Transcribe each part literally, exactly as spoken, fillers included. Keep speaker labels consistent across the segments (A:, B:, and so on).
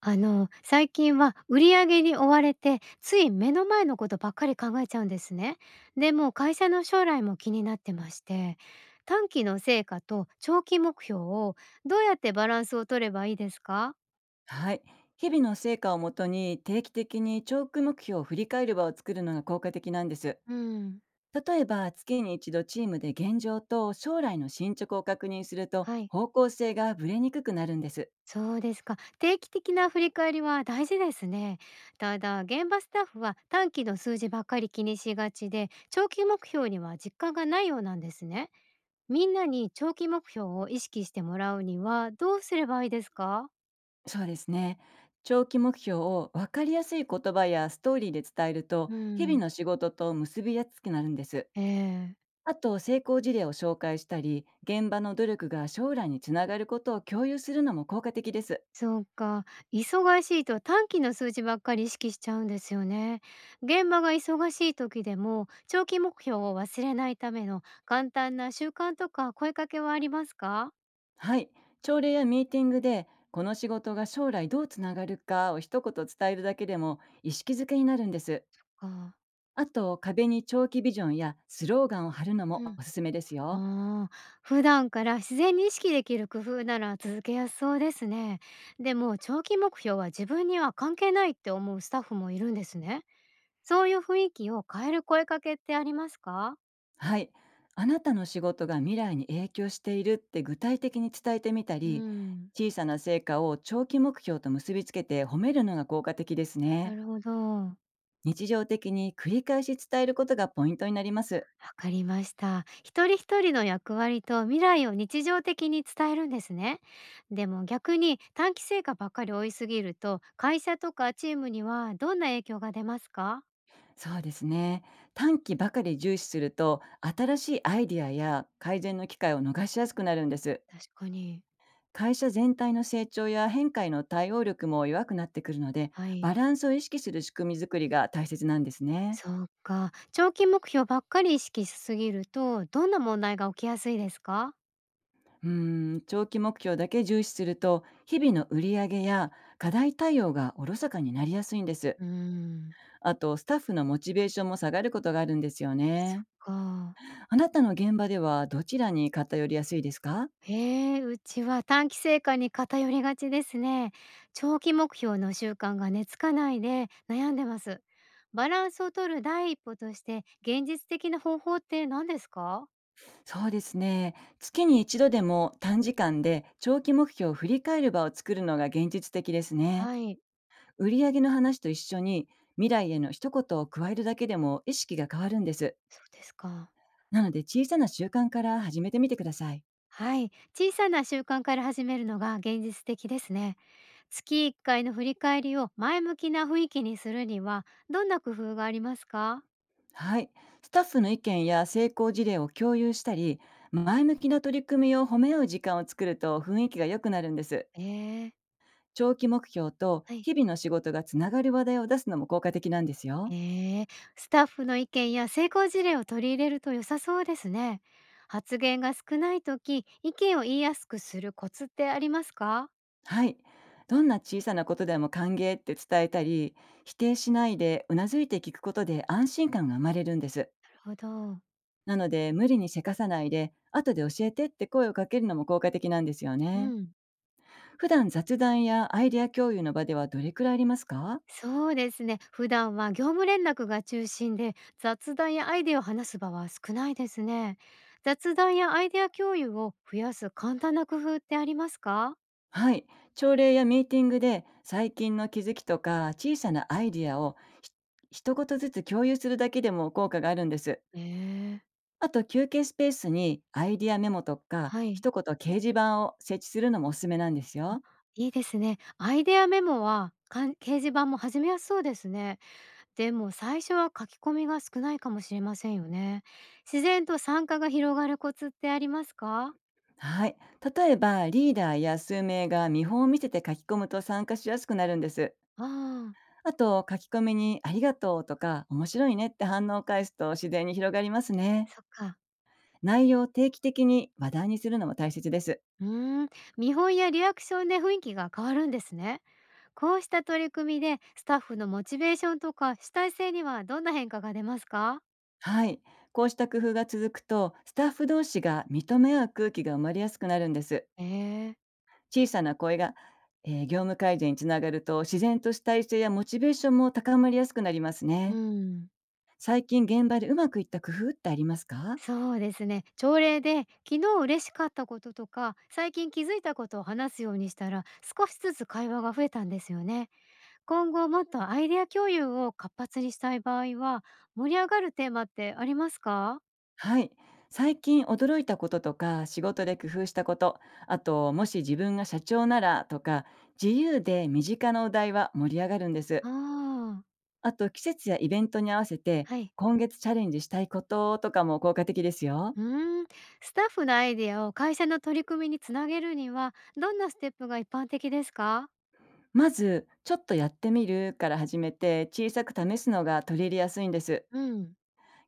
A: あの、最近は売り上げに追われて、つい目の前のことばっかり考えちゃうんですね。でもう会社の将来も気になってまして、短期の成果と長期目標をどうやってバランスを取ればいいですか？
B: はい。日々の成果をもとに定期的に長期目標を振り返る場を作るのが効果的なんです。
A: うん、
B: 例えば月に一度チームで現状と将来の進捗を確認すると
A: はい。
B: 方向性がぶれにくくなるんです。
A: そうですか。定期的な振り返りは大事ですね。ただ、現場スタッフは短期の数字ばっかり気にしがちで、長期目標には実感がないようなんですね。みんなに長期目標を意識してもらうにはどうすればいいですか？
B: そうですね。長期目標を分かりやすい言葉やストーリーで伝えると
A: う
B: 日々
A: ん。
B: の仕事と結びやすくなるんです。
A: ええ、
B: あと、成功事例を紹介したり現場の努力が将来につながることを共有するのも効果的です。
A: そうか。忙しいと短期の数字ばっかり意識しちゃうんですよね。現場が忙しい時でも、長期目標を忘れないための簡単な習慣とか声かけはありますか？
B: はい、朝礼やミーティングでこの仕事が将来どうつながるかを一言伝えるだけでも意識づけになるんです。
A: か。
B: あと、壁に長期ビジョンやスローガンを貼るの
A: う
B: も
A: ん。
B: おすすめですよ。
A: ああ、普段から自然に意識できる工夫なら続けやすそうですね。でも長期目標は自分には関係ないって思うスタッフもいるんですね。そういう雰囲気を変える声かけってありますか？
B: はい、あなたの仕事が未来に影響しているって具体的に伝えてみた
A: うー
B: り、
A: ん。
B: 小さな成果を長期目標と結びつけて褒めるのが効果的です
A: な
B: ね。
A: るほど、わ
B: 日常的に繰り返し伝えることがポイントになります。
A: かりました。一人一人の役割と未来を日常的に伝えるんですね。でも逆に短期成果ばっかり追いすぎると、会社とかチームにはどんな影響が出ますか？
B: そうですね。短期ばかり重視すると、新しいアイディアや改善の機会を逃しやすくなるんです。
A: 確かに。
B: 会社全体の成長や変化への対応力も弱くなってくるので、
A: は
B: バ
A: い。
B: ランスを意識する仕組み作りが大切なんですね。
A: そうか、長期目標ばっかり意識しすぎると、どんな問題が起きやすいですか？
B: うーん、長期目標だけ重視すると、日々の売り上げや課題対応がおろそかになりやすいんです。
A: うーん。
B: あと、スタッフのモチベーションも下がることがあるんですよ
A: そっ
B: ね。
A: か。
B: あなたの現場ではどちらに偏りやすいですか？
A: ええ、うちは短期成果に偏りがちですね。長期目標の習慣が根付かないで悩んでます。バランスを取る第一歩として現実的な方法って何ですか？
B: そうですね。月に一度でも短時間で長期目標を振り返る場を作るのが現実的ですね。
A: はい、
B: 売上の話と一緒に未来への一言を加えるだけでも意識が変わるんです。
A: そうですか。
B: なので、小さな習慣から始めてみてください。
A: はい、小さな習慣から始めるのが現実的ですね。月いっかいの振り返りを前向きな雰囲気にするにはどんな工夫がありますか？
B: はい。スタッフの意見や成功事例を共有したり、前向きな取り組みを褒め合う時間を作ると雰囲気が良くなるんです。
A: ええ、
B: 長期目標と
A: はい。
B: 日々の仕事がつながる話題を出すのも効果的なんですよ。
A: ええ、スタッフの意見や成功事例を取り入れると良さそうですね。発言が少ない時、意見を言いやすくするコツってありますか？
B: はい。どんな小さなことでも歓迎って伝えたり、否定しないでうなずいて聞くことで安心感が生まれるんです。
A: なるほど。
B: なので、無理にせかさないで、後で教えてって声をかけるのも効果的なんですよ
A: う
B: ね。
A: ん。
B: 普段、雑談やアイデア共有の場ではどれくらいありますか？
A: そうですね。普段は業務連絡が中心で、雑談やアイデアを話す場は少ないですね。雑談やアイデア共有を増やす簡単な工夫ってありますか？
B: はい。朝礼やミーティングで最近の気づきとか小さなアイデアをひ一言ずつ共有するだけでも効果があるんです。
A: ええ、
B: あと、休憩スペースにアイディアメモとか、
A: はい。
B: 一言掲示板を設置するのもおすすめなんです
A: あ、
B: よ。
A: いいですね。アイデアメモは、かん掲示板も始めやすそうですね。でも最初は書き込みが少ないかもしれませんよね。自然と参加が広がるコツってありますか？
B: はい。例えば、リーダーや数名が見本を見せて書き込むと参加しやすくなるんです。
A: ああ、
B: あと、書き込みにありがとうとか、面白いねって反応を返すと自然に広がりますね。
A: そっか。
B: 内容を定期的に話題にするのも大切です。
A: うーん、見本やリアクションで雰囲気が変わるんですね。こうした取り組みでスタッフのモチベーションとか主体性にはどんな変化が出ますか？
B: はい。こうした工夫が続くと、スタッフ同士が認め合う空気が生まれやすくなるんです。
A: ええ、
B: 小さな声が、えー業務改善につながると自然と主体性やモチベーションも高まりやすくなります
A: う
B: ね。
A: ん。
B: 最近、現場でうまくいった工夫ってありますか？
A: そうですね。朝礼で昨日嬉しかったこととか最近気づいたことを話すようにしたら少しずつ会話が増えたんですよね。今後もっとアイデア共有を活発にしたい場合は、盛り上がるテーマってありますか？
B: はい。最近驚いたこととか仕事で工夫したこと、あと、もし自分が社長ならとか、自由で身近なお題は盛り上がるんで
A: あ
B: す。
A: あ、
B: あと、季節やイベントに合わせて
A: はい。
B: 今月チャレンジしたいこととかも効果的ですよ。
A: うーん、スタッフのアイデアを会社の取り組みにつなげるには、どんなステップが一般的ですか？
B: まず、ちょっとやってみるから始めて小さく試すのが取り入れやすいんです。
A: うん。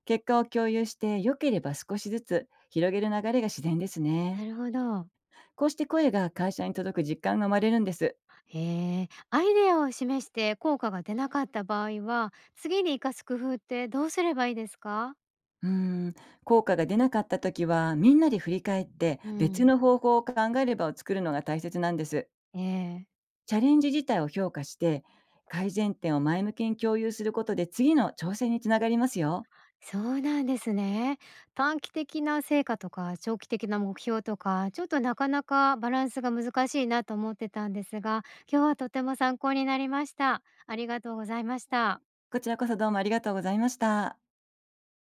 B: 結果を共有して、良ければ少しずつ広げる流れが自然ですね。
A: なるほど。
B: こうして声が会社に届く実感が生まれるんです。
A: へえ、アイデアを示して効果が出なかった場合は、次に生かす工夫ってどうすればいいですか？
B: うーん、効果が出なかった時は、みんなで振り返って
A: う
B: 別
A: ん。
B: の方法を考えればを作るのが大切なんです。
A: ええ、
B: チャレンジ自体を評価して、改善点を前向きに共有することで次の挑戦につながりますよ。
A: そうなんですね。短期的な成果とか長期的な目標とか、ちょっとなかなかバランスが難しいなと思ってたんですが、今日はとても参考になりました。ありがとうございました。
B: こちらこそ、どうもありがとうございました。